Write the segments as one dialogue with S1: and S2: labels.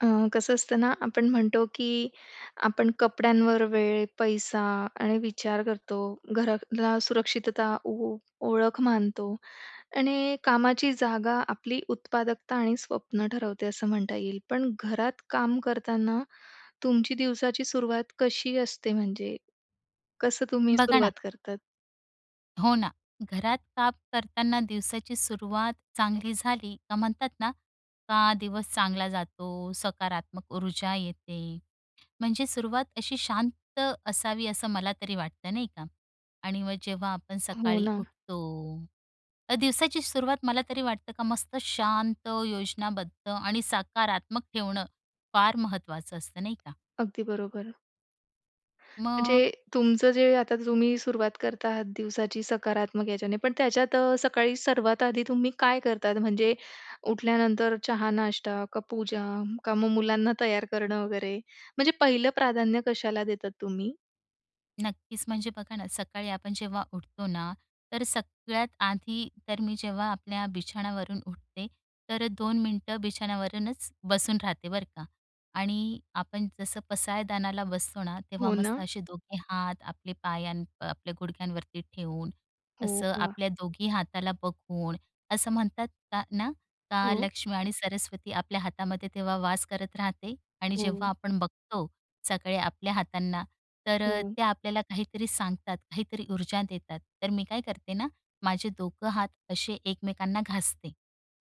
S1: अ, कसं असतं ना, आपण म्हणतो, की आपण कपड्यांवर वेळ, पैसा आणि विचार करतो. घराला सुरक्षितता, ओळख मानतो आणि कामाची जागा आपली उत्पादकता आणि स्वप्न ठरवते, असं म्हणता येईल. पण घरात काम करताना तुमची दिवसाची सुरुवात कशी असते म्हणजे? कसं तुम्ही
S2: बघा ना,
S1: सुरुवात करतात?
S2: हो ना, घरात काम करताना दिवसाची सुरुवात चांगली झाली का म्हणतात ना, का दिवस चांगला जातो, सकारात्मक ऊर्जा येते. म्हणजे सुरुवात अशी शांत असावी असं मला तरी वाटतं, नाही का? आणि मग जेव्हा आपण
S1: हो
S2: सकाळी
S1: ना.
S2: उठतो, दिवसाची सुरुवात मला तरी वाटतं का मस्त शांत, योजनाबद्ध आणि सकारात्मक ठेवणं फार महत्वाचं असतं, नाही का?
S1: अगदी बरोबर.
S2: मग
S1: म्हणजे तुमचं जे आता तुम्ही सुरुवात करत आहात दिवसाची सकारात्मक याच्याने, पण त्याच्यात सकाळी सर्वात आधी तुम्ही काय करतात? म्हणजे उठल्यानंतर चहा, नाश्ता का पूजा का मग मुलांना तयार करणं वगैरे? म्हणजे पहिलं प्राधान्य कशाला देतात तुम्ही?
S2: नक्कीच. म्हणजे बघा ना, सकाळी आपण जेव्हा उठतो ना, तर सगळ्यात आधी तर मी जेव्हा आपल्या बिछाणावरून उठते, तर 2 मिनिटं बिछाणावरूनच बसून राहते बरं का. आणि आपण जसं पसायदानाला बसतो ना, तेव्हा
S1: हो
S2: मस्त
S1: ना?
S2: असे दोघे हात आपले पायां आपल्या गुडघ्यांवरती ठेवून,
S1: हो
S2: असं
S1: का?
S2: आपल्या दोघी हाताला बघून, असं म्हणतात का ना, का
S1: हो,
S2: लक्ष्मी आणि सरस्वती आपल्या हातामध्ये तेव्हा वास करत राहते. आणि
S1: हो,
S2: जेव्हा आपण बघतो सकाळी आपल्या हातांना, तर
S1: हो,
S2: ते आपल्याला काहीतरी सांगतात, काहीतरी ऊर्जा देतात. तर मी काय करते ना, माझे दोघं हात असे एकमेकांना घासते.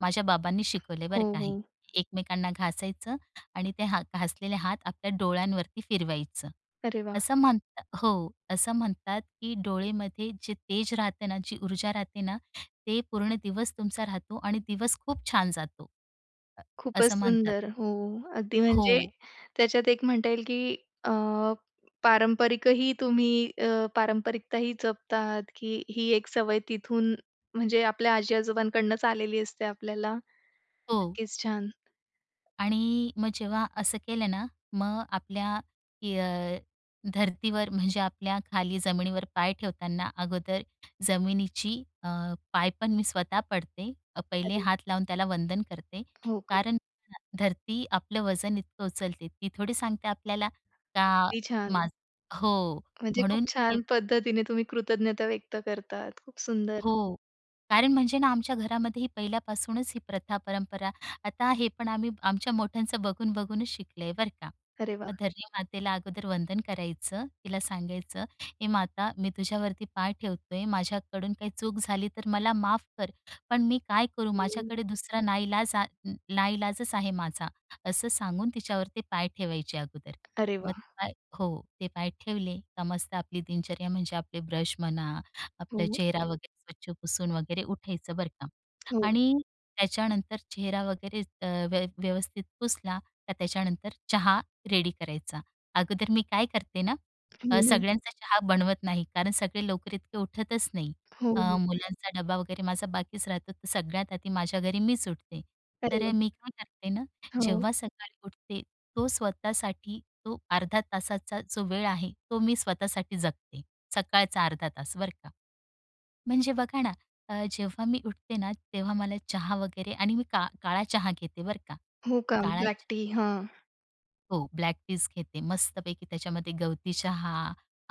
S2: माझ्या बाबांनी शिकवले
S1: हो,
S2: बरं का
S1: हो.
S2: हे. एकमेकांना घासायचं आणि ते हा घासलेले हात आपल्या डोळ्यांवरती फिरवायचं.
S1: अरे वाह!
S2: असं म्हणतात हो, असं म्हणतात, की डोळेमध्ये जे तेज राहते ना, जी ऊर्जा राहते ना, ते पूर्ण दिवस तुमचा राहतो आणि दिवस खूप छान जातो. अ,
S1: खूपच
S2: असं म्हणतात.
S1: सुंदर. हो, अगदी
S2: हो,
S1: म्हणजे त्याच्यात एक म्हणता येईल की अ, पारंपरिकही तुम्ही पारंपरिकताही जपतात, की ही एक सवय तिथून म्हणजे आपल्या आजी-आजोबांकडूनच आलेली असते आपल्याला.
S2: हो.
S1: नक्कीच छान.
S2: आणि मग जेव्हा असं केलं ना, मग आपल्या य अ, धर्तीवर म्हणजे आपल्या खाली जमिनीवर पाय ठेवताना अगोदर जमिनीची अ, पाय पण मी स्वतः पडते. पहिले
S1: अरे
S2: हात लावून त्याला वंदन करते.
S1: हो, अगदी
S2: कारण धरती आपलं वजन इतकं उचलते. ती थोडी सांगते आपल्याला का
S1: छान.
S2: माझं. हो.
S1: म्हणजे खूप
S2: म्हणून ते.
S1: छान पद्धतीने तुम्ही कृतज्ञता व्यक्त करतात. खूप सुंदर.
S2: हो. कारण म्हणजे ना आमच्या घरामध्ये ही पहिल्यापासूनच ही प्रथा, परंपरा. आता हे पण आम्ही आमच्या मोठ्यांचं बघून, बघूनच शिकलंय बरं का.
S1: अरे
S2: मग
S1: वाह!
S2: धरणी मातेला अगोदर वंदन करायचं, तिला सांगायचं, "हे माता, मी तुझ्यावरती पाय ठेवतोय, माझ्याकडून काही चूक झाली तर मला माफ कर. पण मी काय करू,
S1: हं.
S2: माझ्याकडे दुसरा नाईलाजच आहे माझा." असं सांगून तिच्यावरती पाय ठेवायचे अगोदर.
S1: अरे
S2: मग
S1: वाह!
S2: ते पाय, हो, ते पाय ठेवले का मस्त आपली दिनचर्या म्हणजे आपले ब्रश म्हणा, आपला
S1: हो,
S2: चेहरा वगैरे स्वच्छ पुसून वगैरे उठायचं बरं का.
S1: हो,
S2: आणि त्याच्यानंतर चेहरा वगैरे व्यवस्थित पुसला का त्याच्यानंतर चहा रेडी करायचा. अगोदर मी काय करते ना,
S1: हो ना.
S2: सगळ्यांचा चहा बनवत नाही, कारण सगळे लवकर इतके उठतच नाही.
S1: हो, हो.
S2: मुलांचा डबा वगैरे माझा बाकीच राहतो तर सगळ्यात आधी माझ्या घरी मीच उठते.
S1: अरे
S2: तर
S1: वाह!
S2: मी काय करते ना,
S1: हो.
S2: जेव्हा सकाळी उठते तो स्वतःसाठी तो 1/2 तासाचा जो वेळ आहे तो मी स्वतःसाठी जगते. सकाळचा 1/2 तास बरं का. म्हणजे बघा ना, जेव्हा मी उठते ना, तेव्हा मला चहा वगैरे, आणि मी का काळा चहा घेते बरं का.
S1: हो का?
S2: काळा,
S1: ब्लॅक टी. हां.
S2: हो, ब्लॅक टीच घेते. मस्तपैकी त्याच्यामध्ये गवती चहा,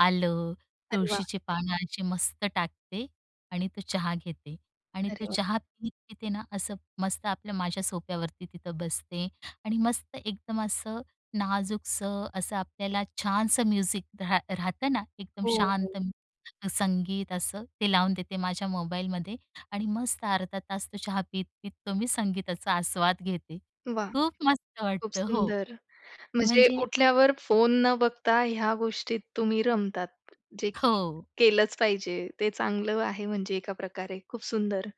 S2: आलं,
S1: अरे वाह!
S2: तुळशीची पानं अशी मस्त टाकते आणि तो चहा घेते. आणि तो
S1: अरे वाह!
S2: चहा पीत-पीते ना, असं मस्त आपल्या माझ्या सोफ्यावरती तिथं बसते आणि मस्त एकदम असं नाजूकसं असं आपल्याला छानसं म्युझिक राहतं ना, एकदम
S1: हो, हो.
S2: शांत संगीत असं ते लावून देते माझ्या मोबाईलमध्ये आणि मस्त 1/2 तास तो चहा पीत-पीत तो मी संगीताचा आस्वाद घेते.
S1: वाह!
S2: खूप मस्त
S1: खूप
S2: वाटतं. हो,
S1: सुंदर. म्हणजे
S2: म्हणजे,
S1: उठल्यावर फोन न बघता ह्या गोष्टीत तुम्ही रमतात. जे की
S2: हो.
S1: केलंच पाहिजे. ते चांगलं आहे म्हणजे एका प्रकारे. खूप सुंदर.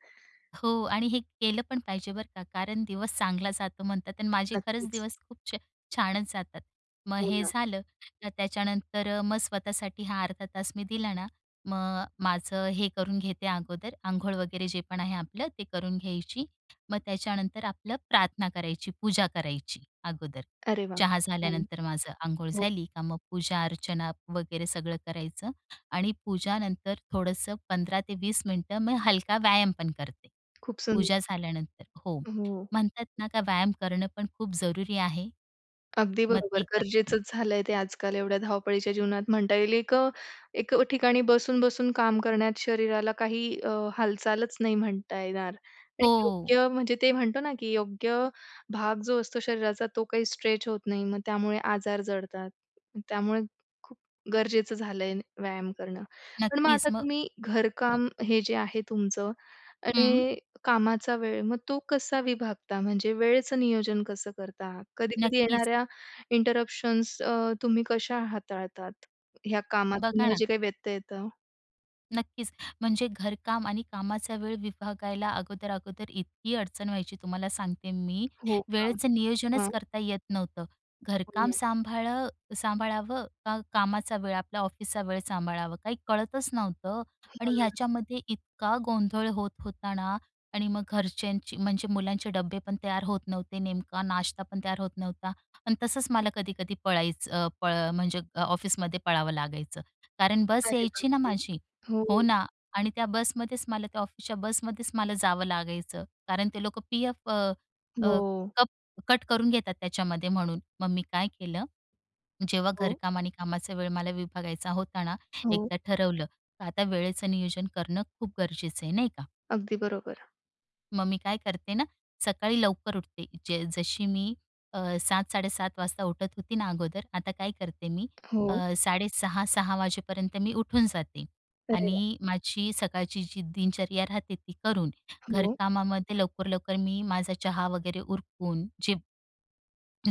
S2: हो, आणि हे केलं पण पाहिजे बरं का, कारण दिवस चांगला जातो म्हणतात आणि माझे खरंच
S1: नक्कीच.
S2: दिवस खूप छानच जातात. मग
S1: हो
S2: हे
S1: ना.
S2: झालं, तर त्याच्यानंतर मग स्वतःसाठी हा अर्धा तास मी दिला ना, मग माझं हे करून घेते अगोदर, अंघोळ वगैरे जे पण आहे आपलं ते करून घ्यायची. मग त्याच्यानंतर आपलं प्रार्थना करायची, पूजा करायची अगोदर.
S1: अरे वाह!
S2: चहा
S1: छान.
S2: झाल्यानंतर माझं अंघोळ
S1: हो,
S2: झाली का मग पूजा अर्चना वगैरे सगळं करायचं. आणि पूजानंतर थोडंसं 15 ते 20 मिनिटं मी हलका व्यायाम पण करते.
S1: खूप सुंदर.
S2: पूजा झाल्यानंतर. हो.
S1: हो.
S2: म्हणतात ना का व्यायाम करणं पण खूप जरुरी आहे.
S1: अगदी
S2: मग
S1: बरोबर.
S2: ते करते.
S1: गरजेचंच झालंय ते आजकाल एवढ्या धावपळीच्या जीवनात म्हणता येईल. एक एक ठिकाणी बसून-बसून काम करण्यात शरीराला काही हालचालच नाही म्हणता येणार. आणि
S2: हो.
S1: योग्य म्हणजे ते म्हणतो ना, की योग्य भाग जो असतो शरीराचा तो काही स्ट्रेच होत नाही. मग त्यामुळे आजार जडतात. त्यामुळे खूप गरजेचं झालंय व्यायाम करणं. पण मग
S2: नक्कीच.
S1: आता
S2: मग.
S1: तुम्ही घरकाम हे जे आहे तुमचं
S2: हं.
S1: आणि कामाचा वेळ, मग तो कसा विभागता? म्हणजे वेळेचं नियोजन कसं करता? कधी-कधी
S2: नक्कीच.
S1: येणाऱ्या इंटरप्शन्स तुम्ही कशा हाताळतात? ह्या कामात
S2: बघा
S1: तुम्हाला
S2: ना,
S1: जे काही व्यत्यय येतं?
S2: नक्कीच. म्हणजे घरकाम आणि कामाचा वेळ विभागायला अगोदर-अगोदर इतकी अडचण व्हायची, तुम्हाला सांगते मी.
S1: हो का?
S2: वेळेचं नियोजनच
S1: हां.
S2: करता येत नव्हतं.
S1: हो
S2: घरकाम
S1: ना.
S2: सांभाळ सांभाळावं का कामाचा वेळ, आपला ऑफिसचा वेळ सांभाळावा, काही कळतच नव्हतं.
S1: हो
S2: आणि
S1: ना.
S2: ह्याच्यामध्ये इतका गोंधळ होत होता ना, आणि मग घरच्यांची म्हणजे मुलांचे डब्बे पण तयार होत नव्हते, नेमका नाश्ता पण तयार होत नव्हता. आणि तसंच मला कधी-कधी पळायचं, म्हणजे ऑफिसमध्ये पळावं लागायचं. कारण बस
S1: अरे
S2: यायची ना
S1: बापरे!
S2: माझी.
S1: हो,
S2: हो ना. आणि त्या बसमध्येच मला त्या ऑफिसच्या बसमध्येच मला जावं लागायचं. कारण ते लोकं पी-एफ
S1: हो,
S2: कप कट करून घेतात त्याच्यामध्ये म्हणून. मग मी काय केलं, जेव्हा
S1: हो,
S2: घरकाम आणि कामाचा वेळ मला विभागायचा होता ना,
S1: हो.
S2: एकदा ठरवलं, तर आता वेळेचं नियोजन करणं खूप गरजेचं आहे, नाही का?
S1: अगदी बरोबर.
S2: मग मी काय करते ना, सकाळी लवकर उठते. जे जशी मी 7-7:30 वाजता उठत होती ना अगोदर, आता काय करते मी अ,
S1: हो.
S2: 6:30-6 वाजेपर्यंत मी उठून जाते
S1: अरे वाह!
S2: आणि माझी सकाळची जी दिनचर्या राहते ती करून,
S1: हो,
S2: घरकामामध्ये लवकर-लवकर मी माझा चहा वगैरे उरकून, जे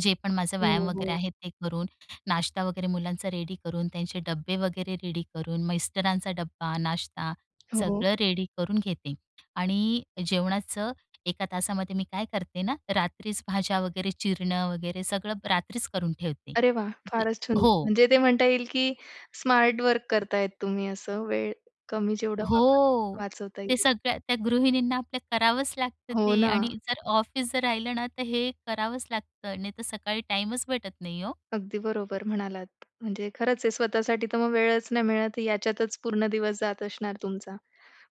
S2: जे पण माझा व्यायाम
S1: हो,
S2: वगैरे
S1: हो,
S2: आहे ते करून, नाश्ता वगैरे मुलांचा रेडी करून, त्यांचे डब्बे वगैरे रेडी करून, मिस्टरांचा डब्बा, नाश्ता
S1: हो.
S2: सगळं रेडी करून घेते. आणि जेवणाचं 1 तासामध्ये मी काय करते ना, रात्रीच भाज्या वगैरे चिरणं वगैरे सगळं रात्रीच करून ठेवते.
S1: अरे वाह!
S2: जे,
S1: फारच सुंदर.
S2: हो,
S1: म्हणजे ते म्हणता येईल की स्मार्ट वर्क करतायत तुम्ही असं, वेळ कमी जेवढा वापर
S2: हो.
S1: वाचवता
S2: ते
S1: येईल.
S2: सगळ्या त्या गृहिणींना आपल्या करावंच लागतं
S1: हो
S2: ते,
S1: ना.
S2: आणि जर ऑफिस जर राहिलं ना, तर हे करावंच लागतं. नाही तर सकाळी टाईमच भेटत नाही हो.
S1: अगदी बरोबर म्हणालात. म्हणजे खरंच आहे स्वतःसाठी तर मग वेळच नाही मिळत, याच्यातच पूर्ण दिवस जात असणार तुमचा.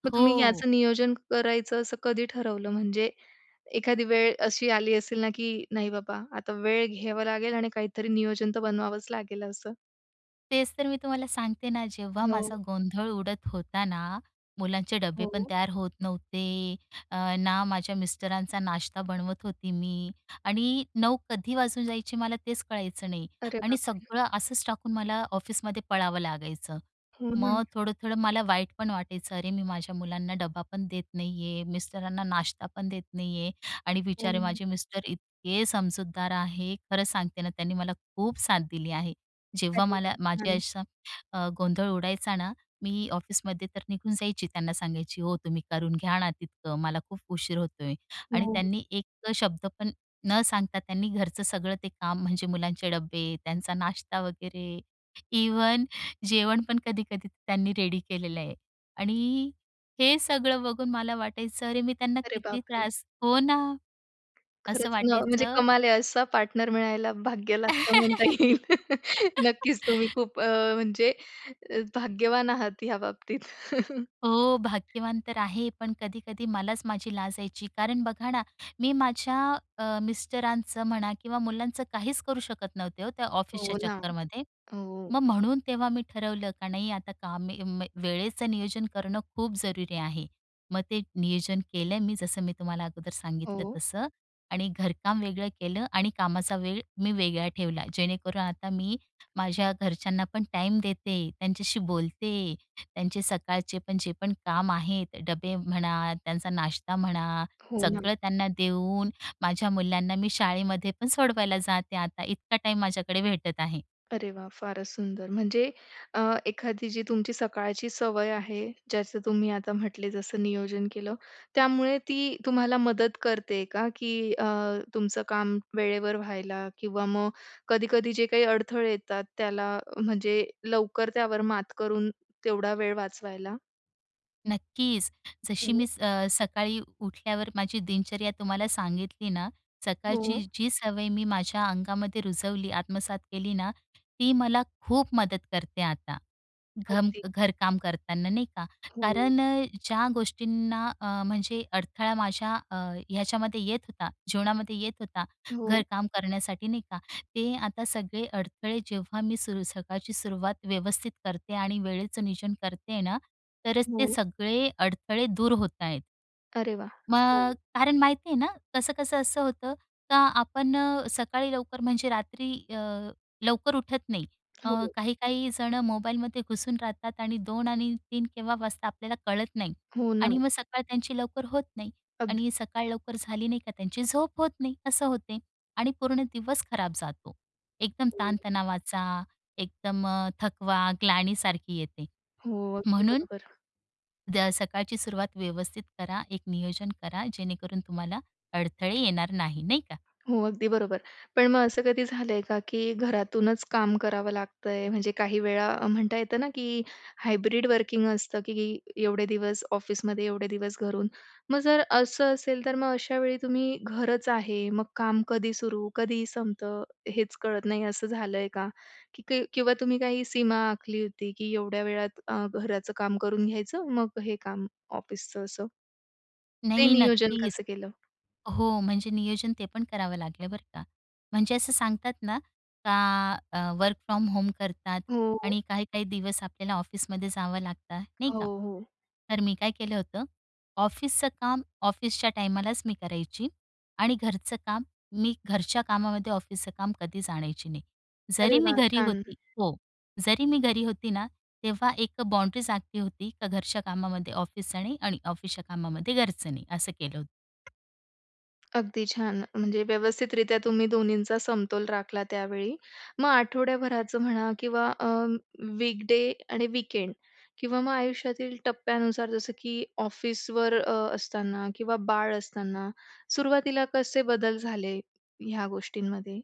S1: मग तुम्ही
S2: हो.
S1: याचं नियोजन करायचं असं कधी ठरवलं? म्हणजे एखादी वेळ अशी आली असेल ना, की नाही बाबा आता वेळ घ्यावा लागेल आणि काहीतरी नियोजन तर बनवावंच लागेल असं?
S2: तेच तर मी तुम्हाला सांगते ना, जेव्हा
S1: हो,
S2: माझा गोंधळ उडत होता ना, मुलांचे डबे पण
S1: हो.
S2: तयार होत नव्हते, ना माझ्या मिस्टरांचा नाश्ता बनवत होती मी, आणि 9 कधी वाजून जायचे मला तेच कळायचं नाही,
S1: अरे
S2: आणि
S1: बापरे!
S2: सगळं असंच टाकून मला ऑफिसमध्ये पळावं लागायचं.
S1: हो ना.
S2: मग थोडं-थोडं मला वाईट पण वाटायचं, अरे मी माझ्या मुलांना डब्बा पण देत नाहीये, मिस्टरांना नाश्ता पण देत नाहीये. आणि
S1: हो.
S2: बिचारे माझे मिस्टर इतके समजूतदार आहे. खरं सांगते ना, त्यांनी मला खूप साथ दिली आहे. जेव्हा
S1: अरे
S2: मला
S1: वाह!
S2: माझ्या
S1: छान.
S2: अशा गोंधळ उडायचा ना, मी ऑफिसमध्ये तर निघून जायची. त्यांना सांगायची, "हो, तुम्ही करून घ्या ना तितकं, मला खूप उशीर होतोय." आणि
S1: हो.
S2: त्यांनी एक शब्द पण न सांगता त्यांनी घरचं सगळं ते काम म्हणजे मुलांचे डब्बे, त्यांचा नाश्ता वगैरे, इव्हन जेवण पण कधी-कधी त्यांनी रेडी केलेलं आहे. आणि हे सगळं बघून मला वाटायचं, अरे, मी त्यांना
S1: अरे
S2: किती
S1: बापरे!
S2: त्रास, हो ना, असं
S1: खरंच ना, म्हणजे
S2: वाटायचं.
S1: कमाल आहे असा पार्टनर मिळायला भाग्य लागतं म्हणता येईल. नक्कीच तुम्ही खूप म्हणजे भाग्यवान आहात ह्या बाबतीत.
S2: हो, भाग्यवान तर आहे, पण कधी-कधी मलाच माझी लाज यायची. कारण बघा ना, मी माझ्या मिस्टरांचं म्हणा किंवा मुलांचं काहीच करू शकत नव्हते हो, त्या
S1: हो
S2: ऑफिसच्या
S1: ना.
S2: चक्करमध्ये.
S1: हो,
S2: मग म्हणून तेव्हा मी ठरवलं का नाही आता वेळेचं नियोजन करणं खूप जरुरी आहे. मग ते नियोजन केलं मी जसं मी तुम्हाला अगोदर सांगितलं
S1: हो,
S2: तसं. आणि घरकाम वेगळं केलं आणि कामाचा वेळ मी वेगळा ठेवला. जेणेकरून आता मी माझ्या घरच्यांना पण टाईम देते, त्यांच्याशी बोलते, त्यांचे सकाळचे पण जे पण काम आहेत, डबे म्हणा, त्यांचा नाश्ता म्हणा,
S1: हो ना.
S2: सगळं त्यांना देऊन माझ्या मुलांना मी शाळेमध्ये पण सोडवायला जाते आता. इतका टाईम माझ्याकडे भेटत आहे.
S1: अरे वा, फारच सुंदर. म्हणजे अ, एखादी जी तुमची सकाळची सवय आहे, ज्याचं तुम्ही आता म्हटले जसं नियोजन केलं, त्यामुळे ती तुम्हाला मदत करते का? की तुमचं काम वेळेवर व्हायला किंवा मग कधी-कधी जे काही अडथळे येतात त्याला म्हणजे लवकर त्यावर मात करून तेवढा वेळ वाचवायला?
S2: नक्कीच. जशी
S1: हो,
S2: मी सकाळी उठल्यावर माझी दिनचर्या तुम्हाला सांगितली ना, सकाळची
S1: हो.
S2: जी सवय मी माझ्या अंगामध्ये रुजवली, आत्मसात केली ना, ती मला खूप मदत करते आता.
S1: अगदी.
S2: घरकाम करताना नाही का.
S1: हो,
S2: कारण ज्या गोष्टींना म्हणजे अडथळा माझ्या ह्याच्यामध्ये येत होता, जीवनामध्ये येत होता,
S1: हो,
S2: घरकाम करण्यासाठी नाही का. ते आता सगळे अडथळे जेव्हा मी सुरू सकाळची सुरुवात व्यवस्थित करते आणि वेळेचं नियोजन करते ना, तरच ते
S1: हो.
S2: सगळे अडथळे दूर होत आहेत.
S1: अरे वाह! छान.
S2: मग कारण माहिती आहे ना, कसं-कसं असं होतं का आपण सकाळी लवकर म्हणजे रात्री लवकर उठत नाही. अ,
S1: हो,
S2: काही-काही जणं मोबाईलमध्ये घुसून राहतात आणि 2 आणि 3 केव्हा वाजता आपल्याला कळत नाही,
S1: हो ना.
S2: आणि मग सकाळ त्यांची लवकर होत नाही
S1: अगदी.
S2: आणि सकाळ लवकर झाली नाही का त्यांची झोप होत नाही, असं होते आणि पूर्ण दिवस खराब जातो. एकदम
S1: हो.
S2: ताणतणावाचा, एकदम थकवा, ग्लानीसारखी येते.
S1: हो, अगदी
S2: म्हणून
S1: बरोबर.
S2: सकाळची सुरुवात व्यवस्थित करा, एक नियोजन करा, जेणेकरून तुम्हाला अडथळे येणार नाही, नाही का?
S1: हो, अगदी बरोबर. पण मग असं कधी झालंय का, की घरातूनच काम करावं लागतंय? म्हणजे काही वेळा म्हणता येतं ना, की हायब्रिड वर्किंग असतं, की एवढे दिवस ऑफिसमध्ये, एवढे दिवस घरून. मग जर असं असेल, तर मग अशा वेळी तुम्ही घरच आहे, मग काम कधी सुरू, कधी संपतं, हेच कळत नाही, असं झालंय का? की की किंवा तुम्ही काही सीमा आखली होती, की एवढ्या वेळात घराचं काम करून घ्यायचं, मग हे काम ऑफिसचं, असं? ते
S2: नाही,
S1: नियोजन
S2: नक्कीच.
S1: कसं केलं?
S2: हो, म्हणजे नियोजन ते पण करावं लागलं बरं का. म्हणजे असं सांगतात ना, का वर्क फ्रॉम होम करतात
S1: हो,
S2: आणि काही-काही दिवस आपल्याला ऑफिसमध्ये जावं लागतं, नाही
S1: हो,
S2: का?
S1: हो.
S2: तर मी काय केलं होतं, ऑफिसचं काम ऑफिसच्या टायमालाच मी करायची आणि घरचं काम मी घरच्या कामामध्ये ऑफिसचं काम कधीच आणायची नाही. जरी
S1: अरे
S2: मी
S1: वाह!
S2: घरी
S1: छान.
S2: होती, हो, जरी मी घरी होती ना, तेव्हा एक बाउंडरीज आखली होती, का घरच्या कामामध्ये ऑफिसचं नाही आणि ऑफिसच्या कामामध्ये घरचं नाही, असं केलं होतं.
S1: अगदी छान. म्हणजे व्यवस्थितरित्या तुम्ही दोन्हींचा समतोल राखला त्यावेळी. मग आठवड्याभराचं म्हणा किंवा वीकडे आणि वीकेंड किंवा मग आयुष्यातील टप्प्यानुसार जसं की ऑफिसवर असताना किंवा बाळ असताना सुरुवातीला कसे बदल झाले ह्या गोष्टींमध्ये?